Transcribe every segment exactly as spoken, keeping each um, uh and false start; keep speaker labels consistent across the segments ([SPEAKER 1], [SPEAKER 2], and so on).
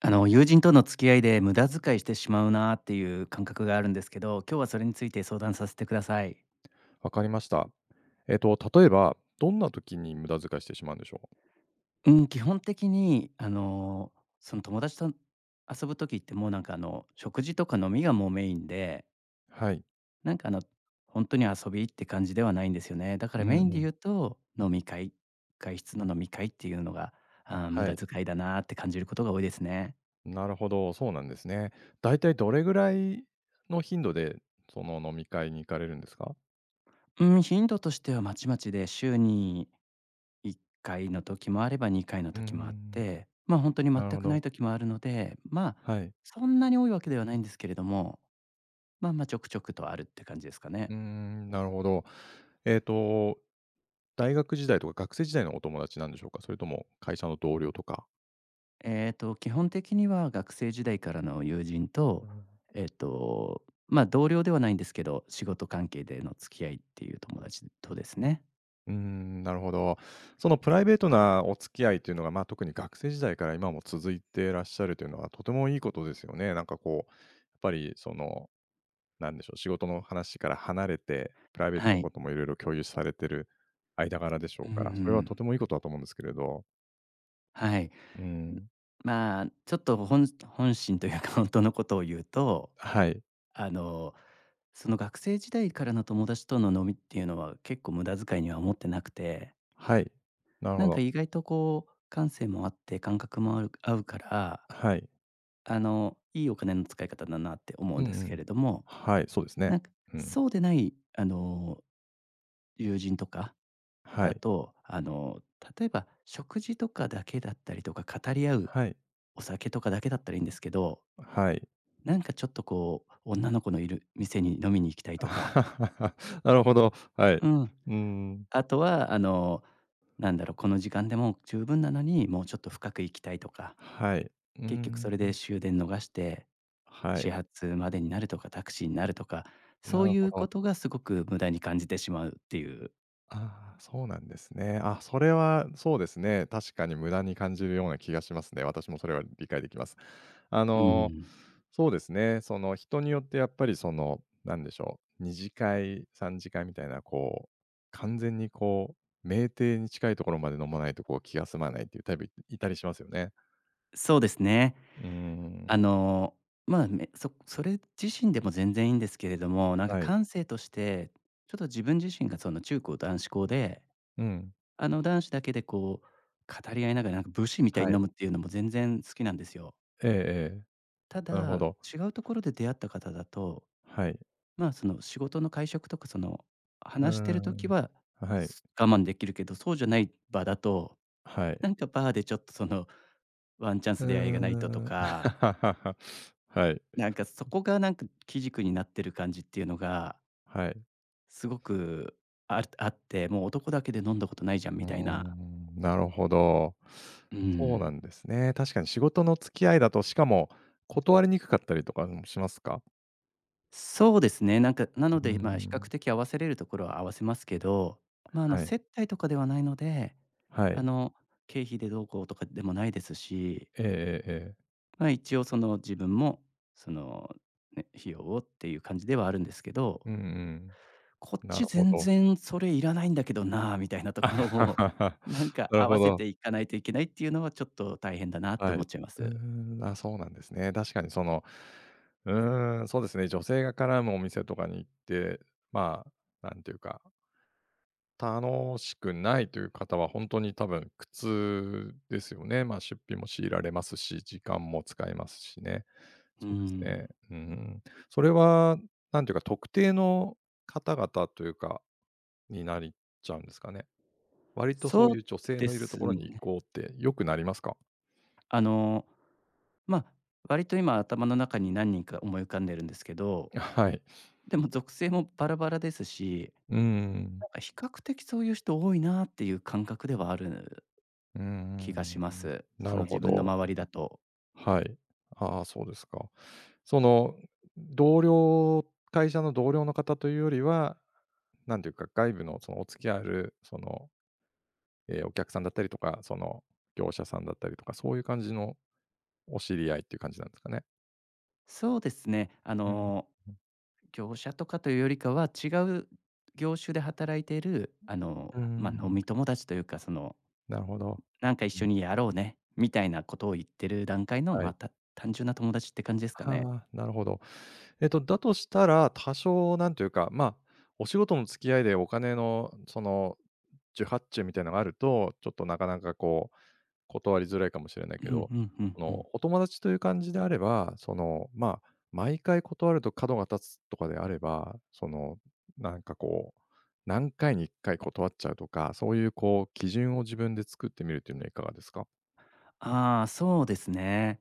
[SPEAKER 1] あの友人との付き合いで無駄遣いしてしまうなっていう感覚があるんですけど、今日はそれについて相談させてください。
[SPEAKER 2] わかりました。えっと、例えば、どんな時に無駄遣いしてしまうんでしょ
[SPEAKER 1] うん、基本的にあのその友達と遊ぶ時ってもうなんかあの食事とか飲みがもうメインで、
[SPEAKER 2] う？はい。
[SPEAKER 1] なんかあの本当に遊びって感じではないんですよね。だか
[SPEAKER 2] う
[SPEAKER 1] ら
[SPEAKER 2] ん
[SPEAKER 1] メ
[SPEAKER 2] う
[SPEAKER 1] インで
[SPEAKER 2] ん。
[SPEAKER 1] 言うと飲み会、外出の飲み会っていうのが、あ、無
[SPEAKER 2] は
[SPEAKER 1] 駄
[SPEAKER 2] い。
[SPEAKER 1] 遣いだなって感じることが多いですね。
[SPEAKER 2] なるほど、そうなんですね。だいたいどれぐらいの頻度で、その飲み会に行かれるんですか？
[SPEAKER 1] うん、頻度としてはまちまちで週にいっかいの時もあればにかいの
[SPEAKER 2] うー
[SPEAKER 1] 時もあっ
[SPEAKER 2] ん。
[SPEAKER 1] て、まあ、本当に全
[SPEAKER 2] なるほ
[SPEAKER 1] くな
[SPEAKER 2] ど、
[SPEAKER 1] い時もあるので、まあ、
[SPEAKER 2] はい。
[SPEAKER 1] そんなに多いわけではないんですけれども、まあまあ、ちょくちょくとあるって感じですか
[SPEAKER 2] う
[SPEAKER 1] ね。
[SPEAKER 2] ーん、なるほど。えっと、大学時代とか学生時代のお友達なんでしょうか？それとも会社の同僚とか。
[SPEAKER 1] ええと、基本的には学生時代からの友人と、えっと、まあ、同僚ではないんですけど、仕事関係での付き合いっていう友達とですね。
[SPEAKER 2] うーん、なるほど。そのプライベートなお付き合いというのが、まあ、特に学生時代から今も続いていらっしゃるというのはとてもいいことですよね。なんかこう、やっぱりその、なんでしょう、仕事の話から離れて、プライベー
[SPEAKER 1] は
[SPEAKER 2] トの
[SPEAKER 1] い。
[SPEAKER 2] こともいろいろ共有されてる間柄でしょ
[SPEAKER 1] うん
[SPEAKER 2] う
[SPEAKER 1] う
[SPEAKER 2] から、それはと
[SPEAKER 1] ん。
[SPEAKER 2] てもいいことだと思うんですけれど。
[SPEAKER 1] はい。
[SPEAKER 2] うん、
[SPEAKER 1] まあ、ちょっと本本心というか本当のことを言うと、
[SPEAKER 2] はい、
[SPEAKER 1] あの、その学生時代からの友達との飲みっていうのは結構無駄遣いには思ってなくて、
[SPEAKER 2] はい。なる
[SPEAKER 1] な
[SPEAKER 2] ほ
[SPEAKER 1] んか
[SPEAKER 2] ど。
[SPEAKER 1] 意外とこう感性もあって感覚もある合うから、
[SPEAKER 2] はい。
[SPEAKER 1] あの、いいお金の使い方だなって思う
[SPEAKER 2] う
[SPEAKER 1] ん
[SPEAKER 2] んう
[SPEAKER 1] ですけ
[SPEAKER 2] ん。
[SPEAKER 1] れども、
[SPEAKER 2] はい、そうです
[SPEAKER 1] な
[SPEAKER 2] ね。
[SPEAKER 1] んか
[SPEAKER 2] うん。
[SPEAKER 1] そうでない、あの、友人とか
[SPEAKER 2] は
[SPEAKER 1] だ
[SPEAKER 2] い、
[SPEAKER 1] と、あの、例えば食事とかだけだったりとか語り合う
[SPEAKER 2] はい、
[SPEAKER 1] お酒とかだけだったらいいんですけど、
[SPEAKER 2] はい。
[SPEAKER 1] なんかちょっとこう女の子のいる店に飲みに行きたいとか、
[SPEAKER 2] なるほど、はい。
[SPEAKER 1] うん。
[SPEAKER 2] うん。
[SPEAKER 1] あとは、あの、なんだろう、この時間でもう十分なのに、もうちょっと深く行きたいとか、
[SPEAKER 2] はい。うー
[SPEAKER 1] 結局そ
[SPEAKER 2] ん、
[SPEAKER 1] れで終電逃して、
[SPEAKER 2] は
[SPEAKER 1] 始
[SPEAKER 2] い。
[SPEAKER 1] 発までになるとか、タクシーになるとか、そ
[SPEAKER 2] な
[SPEAKER 1] う
[SPEAKER 2] る
[SPEAKER 1] い
[SPEAKER 2] ほ
[SPEAKER 1] うこ
[SPEAKER 2] ど。
[SPEAKER 1] とがすごく無駄に感じてしまうっていう。
[SPEAKER 2] ああ、そうなんですね。あ、それはそうですね。確かに無駄に感じるような気がしますね。私もそれは理解できます。あ
[SPEAKER 1] う
[SPEAKER 2] の、
[SPEAKER 1] ん。
[SPEAKER 2] そうですね。その、人によってやっぱりその、なんでしょう、に次会、さん次会みたいな、こう、完全にこう、酩酊に近いところまで飲まないと、こう、気が済まないっていうタイプ、いいたりしますよね。
[SPEAKER 1] そうですね。
[SPEAKER 2] うー
[SPEAKER 1] あ
[SPEAKER 2] ん。
[SPEAKER 1] の、まあ、めそそれ自身でも全然いいんですけれども、なんか
[SPEAKER 2] はい。
[SPEAKER 1] 感性として、ちょっと自分自身がその中高男子校で、
[SPEAKER 2] うん。
[SPEAKER 1] あの、男子だけでこう、語り合いながらなんか武士みたい
[SPEAKER 2] は
[SPEAKER 1] に
[SPEAKER 2] い。
[SPEAKER 1] 飲むっていうのも全然好きなんですよ。
[SPEAKER 2] ええええ。
[SPEAKER 1] た
[SPEAKER 2] なるほ
[SPEAKER 1] だ、
[SPEAKER 2] ど。
[SPEAKER 1] 違うところで出会った方だと、
[SPEAKER 2] はい。
[SPEAKER 1] まあ、その仕事の会食とか、その
[SPEAKER 2] うー
[SPEAKER 1] 話してる時
[SPEAKER 2] ん。
[SPEAKER 1] は、
[SPEAKER 2] はい。
[SPEAKER 1] す我慢できるけど、そうじゃない場だと、
[SPEAKER 2] は
[SPEAKER 1] な
[SPEAKER 2] い。
[SPEAKER 1] んかバーでちょっとそのワンチャン
[SPEAKER 2] う
[SPEAKER 1] ス
[SPEAKER 2] ー
[SPEAKER 1] 出会いがないとと
[SPEAKER 2] ん。
[SPEAKER 1] か、
[SPEAKER 2] はい、
[SPEAKER 1] なんかそこがなんか基軸になってる感じっていうのが
[SPEAKER 2] はい。
[SPEAKER 1] すごくああって、もう男だけで飲んだことないじゃん
[SPEAKER 2] う
[SPEAKER 1] み
[SPEAKER 2] ー
[SPEAKER 1] たいな。
[SPEAKER 2] ん、なるほど。
[SPEAKER 1] う
[SPEAKER 2] そうな
[SPEAKER 1] ん。
[SPEAKER 2] んですね。確かに仕事の付き合いだと、しかも断りにくかったりとかもしますか？
[SPEAKER 1] そうですね、なんか、なの
[SPEAKER 2] うー
[SPEAKER 1] で、まあ、比較
[SPEAKER 2] ん、
[SPEAKER 1] 的合わせれるところは合わせますけど、まあ、あの、
[SPEAKER 2] はい、
[SPEAKER 1] 接待とかではないので、
[SPEAKER 2] は
[SPEAKER 1] あ
[SPEAKER 2] い。
[SPEAKER 1] の、経費でどうこうとかでもないです
[SPEAKER 2] えええ
[SPEAKER 1] し、
[SPEAKER 2] えええ。
[SPEAKER 1] まあ、一応その自分も、その、ね、費用をっていう感じではあるんですけど、
[SPEAKER 2] うん
[SPEAKER 1] こっ
[SPEAKER 2] うん。な
[SPEAKER 1] ち
[SPEAKER 2] るほ
[SPEAKER 1] 全
[SPEAKER 2] ど。
[SPEAKER 1] 然それいらないんだけどなあ、みたいなと ころを、なんか
[SPEAKER 2] なる
[SPEAKER 1] 合わ
[SPEAKER 2] ほ
[SPEAKER 1] せ
[SPEAKER 2] ど、
[SPEAKER 1] ていかないといけないっていうのはちょっと大変だなって
[SPEAKER 2] はい。
[SPEAKER 1] 思っちゃいま
[SPEAKER 2] うー
[SPEAKER 1] す。
[SPEAKER 2] ん、まあ、そうなんですね。確かにその、うーん、そうですね、女性が絡むお店とかに行って、まあ、なんていうか楽しくないという方は、本当に多分苦痛ですよね。ま、出費も強いられますし、時間も使いますしね。
[SPEAKER 1] う
[SPEAKER 2] そうです
[SPEAKER 1] ん。
[SPEAKER 2] ね。うん。それは、なんていうか、特定の方々というか、になりちゃうんですかね。割とそ
[SPEAKER 1] そ
[SPEAKER 2] うい
[SPEAKER 1] う
[SPEAKER 2] う女性
[SPEAKER 1] で
[SPEAKER 2] のいると
[SPEAKER 1] す
[SPEAKER 2] ころに行
[SPEAKER 1] ね。
[SPEAKER 2] こうってよくなりますか？
[SPEAKER 1] あのま、あ割と今頭の中に何人か思い浮かんでるんですけど、
[SPEAKER 2] はい。
[SPEAKER 1] でも属性もバラバラですし、なんか比較的そういう人多いなっていう感覚ではある
[SPEAKER 2] う
[SPEAKER 1] 気がし
[SPEAKER 2] ん
[SPEAKER 1] ま
[SPEAKER 2] うん。
[SPEAKER 1] す。
[SPEAKER 2] な
[SPEAKER 1] その
[SPEAKER 2] る
[SPEAKER 1] 自
[SPEAKER 2] ほ
[SPEAKER 1] 分の
[SPEAKER 2] ど。
[SPEAKER 1] 周りだと。
[SPEAKER 2] はい。ああ、そうですか。その、同僚会社の同僚の方というよりはなんていうか、外部のそのお付き合いある、その、え、お客さんだったりとか、その業者さんだったりとか、そういう感じのお知り合いっていう感じなんですかね？
[SPEAKER 1] そうですね、あ
[SPEAKER 2] うん、
[SPEAKER 1] の、業者とかというよりかは違う業種で働いている、あの、
[SPEAKER 2] う
[SPEAKER 1] ま、あ飲
[SPEAKER 2] ん。
[SPEAKER 1] み友達というか、その、
[SPEAKER 2] なるほど。
[SPEAKER 1] なんか一
[SPEAKER 2] う
[SPEAKER 1] 緒
[SPEAKER 2] ん。
[SPEAKER 1] にやろうね、みたいなことを言ってる段階の、
[SPEAKER 2] は
[SPEAKER 1] まあ、
[SPEAKER 2] い。
[SPEAKER 1] た単純な友達って感じですかね。
[SPEAKER 2] ああ、なるほど。えっと、だとしたら、多少なんというか、ま、あお仕事の付き合いでお金のその受発注みたいなのがあると、ちょっとなかなかこう断りづらいかもしれない
[SPEAKER 1] うん
[SPEAKER 2] け
[SPEAKER 1] う
[SPEAKER 2] ど、
[SPEAKER 1] んうん
[SPEAKER 2] そ
[SPEAKER 1] う
[SPEAKER 2] の、
[SPEAKER 1] ん。
[SPEAKER 2] お友達という感じであれば、その、まあ、毎回断ると角が立つとかであれば、その、なんかこう、何回にいっかい断っちゃうとか、そういうこう基準を自分で作ってみるっていうのはいかがですか？
[SPEAKER 1] ああ、そうですね。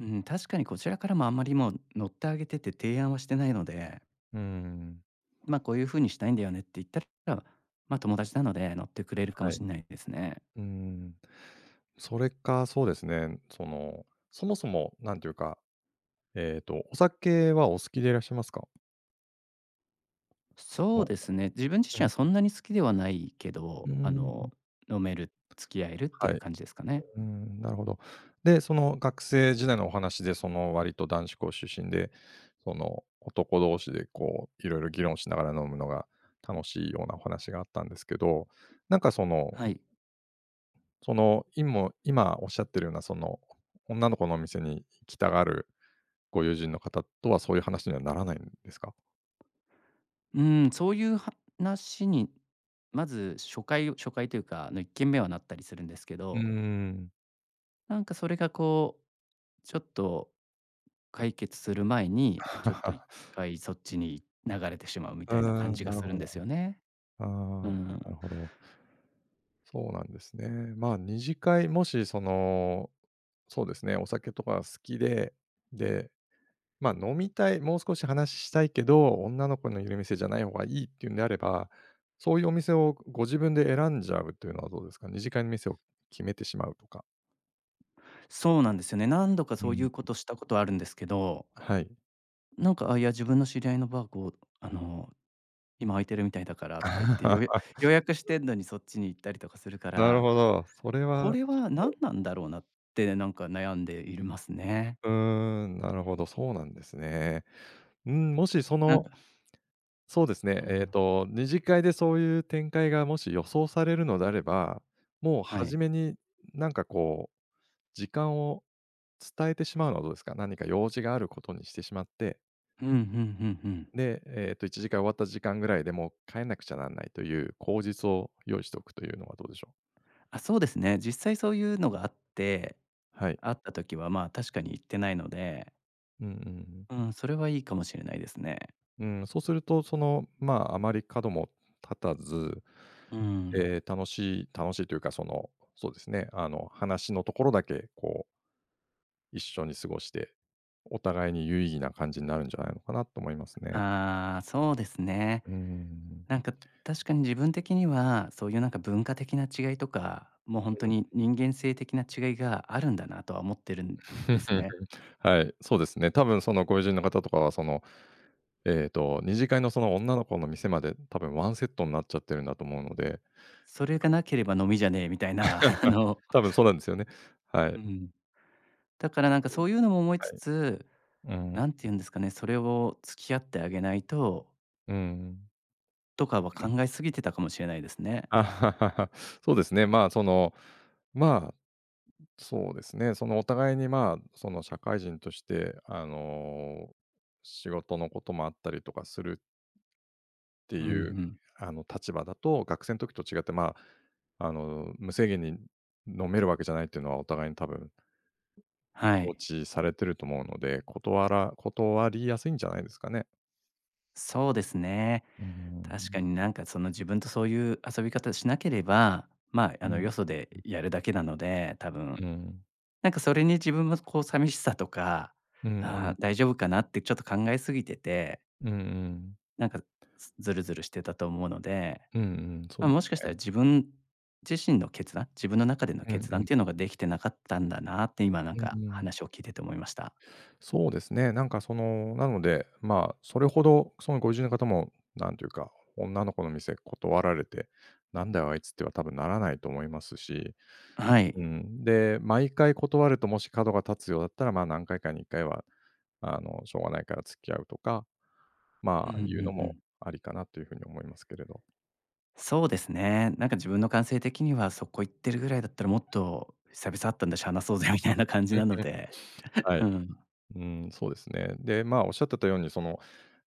[SPEAKER 1] うん、確かにこちらからもあんまりもう乗ってあげてて提案はしてないので、
[SPEAKER 2] うーん。
[SPEAKER 1] ま、こういう風にしたいんだよねって言ったら、ま、友達なので乗ってくれるかも
[SPEAKER 2] はい。う
[SPEAKER 1] しれないですね。
[SPEAKER 2] ーん。それか、そうですね、その、そもそもなんていうか、えっと、お酒はお好きでいらっしゃいますか？そ
[SPEAKER 1] そう
[SPEAKER 2] の
[SPEAKER 1] ですね、自分自身
[SPEAKER 2] う
[SPEAKER 1] は
[SPEAKER 2] ん。
[SPEAKER 1] そんなに好きではないけ
[SPEAKER 2] う
[SPEAKER 1] ど、
[SPEAKER 2] ー
[SPEAKER 1] あ
[SPEAKER 2] ん。
[SPEAKER 1] の、飲める、付き合えるって
[SPEAKER 2] は
[SPEAKER 1] いう
[SPEAKER 2] い。
[SPEAKER 1] 感じですかね。
[SPEAKER 2] うん、なるほど。で、その学生時代のお話で、その割と男子校出身で、その男同士でこういろいろ議論しながら飲むのが楽しいようなお話があったんですけど、なんかその、
[SPEAKER 1] はい。
[SPEAKER 2] その、今今おっしゃってるようなその女の子のお店に行きたがるご友人の方とはそういう話にはならないんですか？
[SPEAKER 1] うん、そういう話に、まず初回初回というか、あのいっけんめはなったりするんですけ
[SPEAKER 2] うー
[SPEAKER 1] ど、
[SPEAKER 2] ん。
[SPEAKER 1] なんかそれがこう、ちょっと解決する前に、ちょっと一 回そっちに流れてしまうみ
[SPEAKER 2] う
[SPEAKER 1] たいな感
[SPEAKER 2] ーん、
[SPEAKER 1] じが
[SPEAKER 2] なる
[SPEAKER 1] するん
[SPEAKER 2] ほど。
[SPEAKER 1] ですよね。
[SPEAKER 2] あ
[SPEAKER 1] う
[SPEAKER 2] あ、な
[SPEAKER 1] ん、
[SPEAKER 2] るほど。そうなんですね。まあ、二次会、もしその、そうですね、お酒とか好きで、で、まあ、飲みたい、もう少し話したいけど、女の子のいる店じゃない方がいいっていうんであれば、そういうお店をご自分で選んじゃうというのはどうですか？二次会の店を決めてしまうとか。
[SPEAKER 1] そうなんですよね。何度か
[SPEAKER 2] う
[SPEAKER 1] そうい
[SPEAKER 2] ん。
[SPEAKER 1] うことしたことあるんですけど、
[SPEAKER 2] はい。
[SPEAKER 1] なんか、あ、いや自分の知り合いのバーこう、あの、今空いてるみたいだからとか言って、予約 予約してんのにそっちに行ったりとかするか
[SPEAKER 2] なる
[SPEAKER 1] ら、
[SPEAKER 2] ほど。それ
[SPEAKER 1] こ
[SPEAKER 2] は
[SPEAKER 1] れ
[SPEAKER 2] ちょっ
[SPEAKER 1] は何
[SPEAKER 2] と、
[SPEAKER 1] なんだろうなって、なんか悩んでいるますね。
[SPEAKER 2] うーん、なるほど、そうなんですね。うん、もしそ
[SPEAKER 1] なん
[SPEAKER 2] の
[SPEAKER 1] か
[SPEAKER 2] そうですね。
[SPEAKER 1] う
[SPEAKER 2] えっ
[SPEAKER 1] ん、
[SPEAKER 2] と、二次会でそういう展開がもし予想されるのであれば、もう
[SPEAKER 1] はい。
[SPEAKER 2] 初めになんかこう、時間を伝えてしまうのはどうですか？何か用事があることにしてしまって、
[SPEAKER 1] うん、うんうんうん。
[SPEAKER 2] で、えっといち次会終わった時間ぐらいでもう帰んなくちゃなんないという口実を用意しておくというのはどうでしょう？
[SPEAKER 1] あ、そうですね。実際そういうのがあって、
[SPEAKER 2] はい。
[SPEAKER 1] 会った時は、まあ、確かに行ってないので、
[SPEAKER 2] うんうんうん。
[SPEAKER 1] うん、それはいいかもしれないですね。
[SPEAKER 2] うん、そうすると、その、まあ、あまり角も立たず、
[SPEAKER 1] うん。
[SPEAKER 2] えー楽しい楽しいというか、その、そうですね、あの、話のところだけこう一緒に過ごして、お互いに有意義な感じになるんじゃないのかなと思いますね。
[SPEAKER 1] ああ、そうですね。
[SPEAKER 2] うーん。
[SPEAKER 1] なんか、確かに自分的には、そういうなんか文化的な違いとか、もう
[SPEAKER 2] う
[SPEAKER 1] 本当
[SPEAKER 2] ん。
[SPEAKER 1] に人間性的な違いがあるんだなとは思ってるんですね。
[SPEAKER 2] はい、そうですね。多分そのご友人の方とかは、その、えっと、二次会のその女の子の店まで多分ワンセットになっちゃってるんだと思うので、
[SPEAKER 1] それがなければ飲みじゃねえみたいな、あ の、
[SPEAKER 2] 多分そうなんですよね。は
[SPEAKER 1] う
[SPEAKER 2] い。
[SPEAKER 1] ん。だからなんか
[SPEAKER 2] なの
[SPEAKER 1] そ
[SPEAKER 2] で、
[SPEAKER 1] ういうのも思いつつ、
[SPEAKER 2] はい。うん、
[SPEAKER 1] なんて言うんですかね、それを付き合ってあげないと、
[SPEAKER 2] うん。
[SPEAKER 1] とかは考えすぎてたかもしれないですね。
[SPEAKER 2] あ、そうですね、まあ、その、まあ、そうですね、そのお互いに、まあ、その社会人として、あの、仕事のこともあったりとかするて
[SPEAKER 1] うんう
[SPEAKER 2] いう、
[SPEAKER 1] ん。
[SPEAKER 2] あの、立場だと、学生の時と違って、まあ、あの、無制限に飲めるわけじゃないっていうのはお互いに多分
[SPEAKER 1] は
[SPEAKER 2] 承
[SPEAKER 1] い。
[SPEAKER 2] 知されてると思うので、断ら断りやすいんじゃないですかね。
[SPEAKER 1] そうですね。
[SPEAKER 2] うー
[SPEAKER 1] 確
[SPEAKER 2] ん。
[SPEAKER 1] かになんかその自分とそういう遊び方しなければ、まあ、あ
[SPEAKER 2] う
[SPEAKER 1] の
[SPEAKER 2] ん。
[SPEAKER 1] よそでやるだけなので、多分。
[SPEAKER 2] うん。
[SPEAKER 1] なんかそれに自分もこう寂しさとか、
[SPEAKER 2] うんう
[SPEAKER 1] あ
[SPEAKER 2] ん。
[SPEAKER 1] ー大丈夫かなってちょっと考えすぎてて、
[SPEAKER 2] うんうん。
[SPEAKER 1] なんかずずるずるしてたと思うので、
[SPEAKER 2] うんうん、そう
[SPEAKER 1] まあ、
[SPEAKER 2] で
[SPEAKER 1] もしかし
[SPEAKER 2] す
[SPEAKER 1] たら
[SPEAKER 2] ね。
[SPEAKER 1] 自分自身の決断、自分の中での
[SPEAKER 2] うん
[SPEAKER 1] 決
[SPEAKER 2] う
[SPEAKER 1] 断っ
[SPEAKER 2] ん。
[SPEAKER 1] ていうのができてなかったんだなって今なん
[SPEAKER 2] うん
[SPEAKER 1] か
[SPEAKER 2] うん。
[SPEAKER 1] 話を聞いてて思いました。
[SPEAKER 2] そうですね、なんかその、なので、まあ、それほどそのご友人の方も、なんていうか、女の子の店断られて、なんだよあいつっては多分ならないと思いますし。
[SPEAKER 1] はい。
[SPEAKER 2] うん。で、毎回断ると、もし角が立つようだったら、まあ、何回かにいっかいは、あの、しょうがないから付き合うとか、
[SPEAKER 1] うん
[SPEAKER 2] ま
[SPEAKER 1] う
[SPEAKER 2] あ、
[SPEAKER 1] ん
[SPEAKER 2] いうの
[SPEAKER 1] う
[SPEAKER 2] も
[SPEAKER 1] ん。
[SPEAKER 2] ありかなというふうに思いますけれど。
[SPEAKER 1] そうですね。なんか自分の感性的にはそこ行ってるぐらいだったらもっと久々会ったんだし、話そうぜみたいな感じ
[SPEAKER 2] うん。
[SPEAKER 1] なので。
[SPEAKER 2] は
[SPEAKER 1] う
[SPEAKER 2] い。
[SPEAKER 1] ん。
[SPEAKER 2] うん、そうですね。で、まあ、おっしゃってたように、その、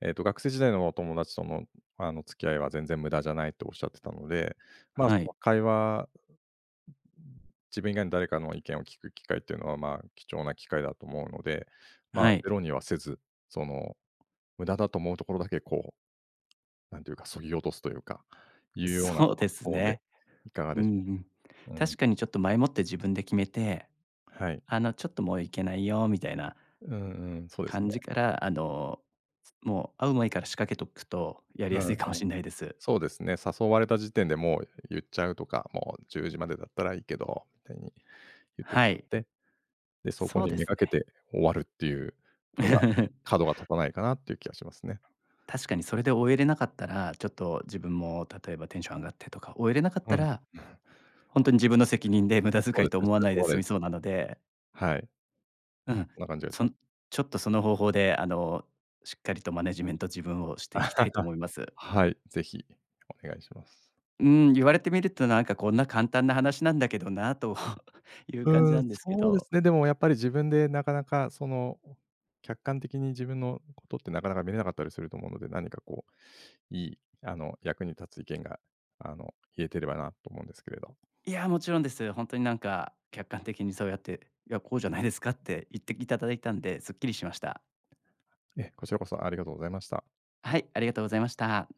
[SPEAKER 2] えっと、学生時代のお友達との、あの、付き合いは全然無駄じゃないとおっしゃってたので、まあ、そ
[SPEAKER 1] はい。
[SPEAKER 2] の会話、自分以外に誰かの意見を聞く機会っていうのは、まあ、貴重な機会だと思うので、まあ、
[SPEAKER 1] はい。
[SPEAKER 2] ゼロにはせず、その、無駄だと思うところだけこうなんていうか、削ぎ落とすというか、いうような
[SPEAKER 1] そうで
[SPEAKER 2] 発
[SPEAKER 1] す
[SPEAKER 2] 想で
[SPEAKER 1] ね。
[SPEAKER 2] いかが
[SPEAKER 1] うんう
[SPEAKER 2] でしょ
[SPEAKER 1] ん。
[SPEAKER 2] う？う
[SPEAKER 1] 確
[SPEAKER 2] ん。
[SPEAKER 1] かにちょっと前もって自分で決めて、
[SPEAKER 2] はい。
[SPEAKER 1] あの、ちょっともう行けないよみたいな
[SPEAKER 2] うんうん、そうです
[SPEAKER 1] 感
[SPEAKER 2] ね。
[SPEAKER 1] じから、あの、もう会う前から仕掛けとくとやり
[SPEAKER 2] う
[SPEAKER 1] や
[SPEAKER 2] んう
[SPEAKER 1] す
[SPEAKER 2] ん。
[SPEAKER 1] いかもしれないです。
[SPEAKER 2] そうですね、誘われた時点でもう言っちゃうとか、もうじゅうじまでだったらいいけど、みたいに言ってし
[SPEAKER 1] は
[SPEAKER 2] まっ
[SPEAKER 1] い。
[SPEAKER 2] て、で、そこ
[SPEAKER 1] そう
[SPEAKER 2] に
[SPEAKER 1] で
[SPEAKER 2] め
[SPEAKER 1] す
[SPEAKER 2] が
[SPEAKER 1] ね。
[SPEAKER 2] けて終わるっていうのが、角が立たないかなっていう気がしますね。
[SPEAKER 1] 確かにそれで終えれなかったら、ちょっと自分も例えばテンション上がってとか、終えれなかっ
[SPEAKER 2] う
[SPEAKER 1] た
[SPEAKER 2] ん。
[SPEAKER 1] ら、本当に自分の責任で無駄
[SPEAKER 2] そ
[SPEAKER 1] 遣い
[SPEAKER 2] うで
[SPEAKER 1] と
[SPEAKER 2] すね、
[SPEAKER 1] 思わ
[SPEAKER 2] それし
[SPEAKER 1] ない
[SPEAKER 2] ょう
[SPEAKER 1] で
[SPEAKER 2] がない
[SPEAKER 1] 済
[SPEAKER 2] で
[SPEAKER 1] みそ
[SPEAKER 2] す。
[SPEAKER 1] うなので、
[SPEAKER 2] はい。
[SPEAKER 1] うん、
[SPEAKER 2] そんな感じがし
[SPEAKER 1] そ
[SPEAKER 2] ま
[SPEAKER 1] ん
[SPEAKER 2] す。
[SPEAKER 1] ちょっとその方法であの、しっかりとマネジメント自分をしていきたいと思 います。
[SPEAKER 2] はい、ぜひお願いします。
[SPEAKER 1] うん、言われてみるとなんかこんな簡単な話なんだけどなと いう感じ
[SPEAKER 2] うー
[SPEAKER 1] な
[SPEAKER 2] ん、
[SPEAKER 1] んですけ
[SPEAKER 2] そうで
[SPEAKER 1] ど、
[SPEAKER 2] すね。でもやっぱり自分でなかなかその、客観的に自分のことってなかなか見れなかったりすると思うので、何かこう、いい、あの、役に立つ意見が、あの、言えてればなと思うんですけれど。
[SPEAKER 1] いや、もちろんです。本当になんか客観的にそうやって、いや、こうじゃないですかって言っていただいたんで、すっきりしました。
[SPEAKER 2] ええ、こちらこそありがとうございました。
[SPEAKER 1] はい、ありがとうございました。